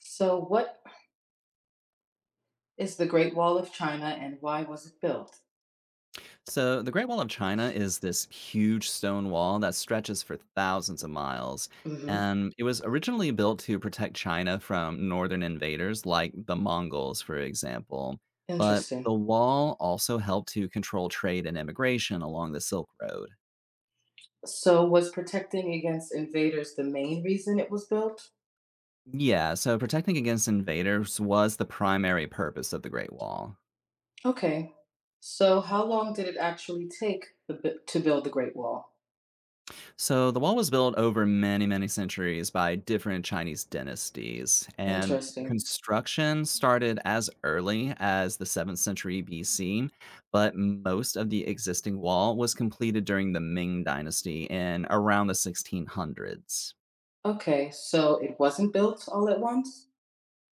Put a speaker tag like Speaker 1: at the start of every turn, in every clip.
Speaker 1: So, what is the Great Wall of China and why was it built?
Speaker 2: So, the Great Wall of China is this huge stone wall that stretches for thousands of miles.
Speaker 1: Hmm.
Speaker 2: And it was originally built to protect China from northern invaders like the Mongols, for example. But the
Speaker 1: Interesting.
Speaker 2: wall also helped to control trade and immigration along the Silk Road.
Speaker 1: So, was protecting against invaders the main reason it was built?
Speaker 2: Yeah, so protecting against invaders was the primary purpose of the Great Wall.
Speaker 1: Okay. So, how long did it actually take to build the Great Wall?
Speaker 2: So the wall was built over many, many centuries by different Chinese dynasties, and the
Speaker 1: Interesting.
Speaker 2: construction started as early as the 7th century BC, but most of the existing wall was completed during the Ming dynasty in around the 1600s.
Speaker 1: Okay, so it wasn't built all at once?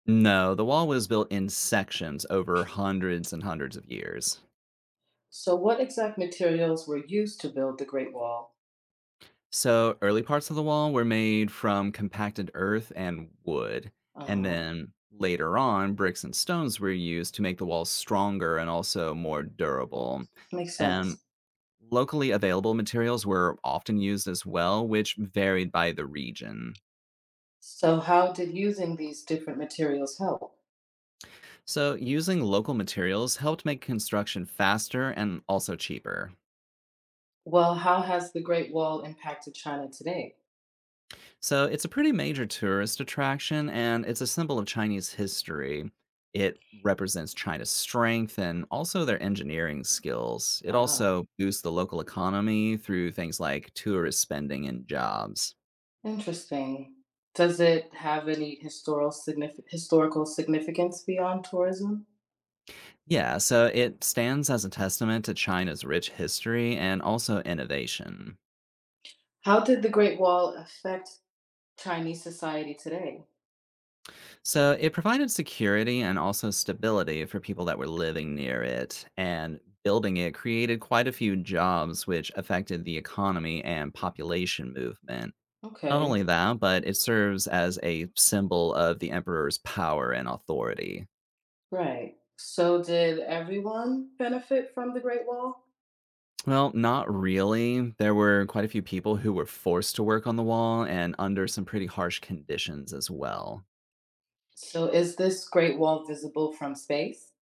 Speaker 2: No, the wall was built in sections over hundreds and hundreds of years.
Speaker 1: So, what exact materials were used to build the Great Wall?
Speaker 2: So early parts of the wall were made from compacted earth and wood,
Speaker 1: Uh
Speaker 2: and
Speaker 1: huh.
Speaker 2: then later on, bricks and stones were used to make the walls stronger and also more durable.
Speaker 1: Makes
Speaker 2: And
Speaker 1: sense.
Speaker 2: locally available materials were often used as well, which varied by the region.
Speaker 1: So, how did using these different materials help?
Speaker 2: So using local materials helped make construction faster and also cheaper.
Speaker 1: Well, how has the Great Wall impacted China today?
Speaker 2: So it's a pretty major tourist attraction and it's a symbol of Chinese history. It represents China's strength and also their engineering skills. It
Speaker 1: Ah,
Speaker 2: also boosts the local economy through things like tourist spending and jobs.
Speaker 1: interesting. Does it have any historical significance beyond tourism?
Speaker 2: Yeah, so it stands as a testament to China's rich history and also innovation.
Speaker 1: How did the Great Wall affect Chinese society today?
Speaker 2: So it provided security and also stability for people that were living near it, and building it created quite a few jobs, which affected the economy and population movement. Not
Speaker 1: Okay,
Speaker 2: only that, but it serves as a symbol of the emperor's power and authority.
Speaker 1: right. So did everyone benefit from the Great Wall?
Speaker 2: Well, not really. There were quite a few people who were forced to work on the wall and under some pretty harsh conditions as well.
Speaker 1: So is this Great Wall visible from space?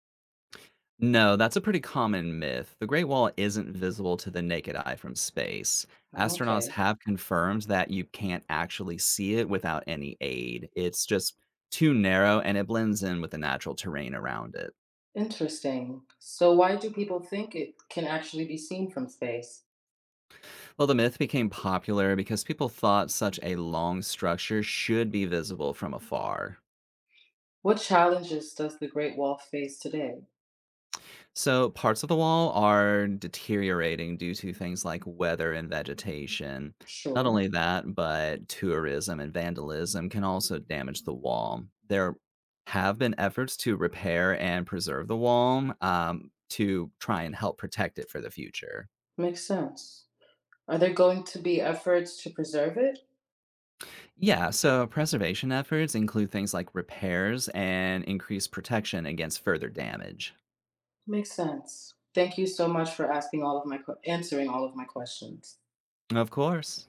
Speaker 2: No, that's a pretty common myth. The Great Wall isn't visible to the naked eye from space. Astronauts
Speaker 1: Okay,
Speaker 2: have confirmed that you can't actually see it without any aid. It's just too narrow and it blends in with the natural terrain around it.
Speaker 1: interesting. So why do people think it can actually be seen from space?
Speaker 2: Well, the myth became popular because people thought such a long structure should be visible from afar.
Speaker 1: What challenges does the Great Wall face today?
Speaker 2: So parts of the wall are deteriorating due to things like weather and vegetation. Not
Speaker 1: Sure,
Speaker 2: only that, but tourism and vandalism can also damage the wall. There have been efforts to repair and preserve the wall to try and help protect it for the future.
Speaker 1: makes sense. Are there going to be efforts to preserve it?
Speaker 2: Yeah, so preservation efforts include things like repairs and increased protection against further damage.
Speaker 1: Makes sense. Thank you so much for asking all of my answering all of my questions.
Speaker 2: Of course.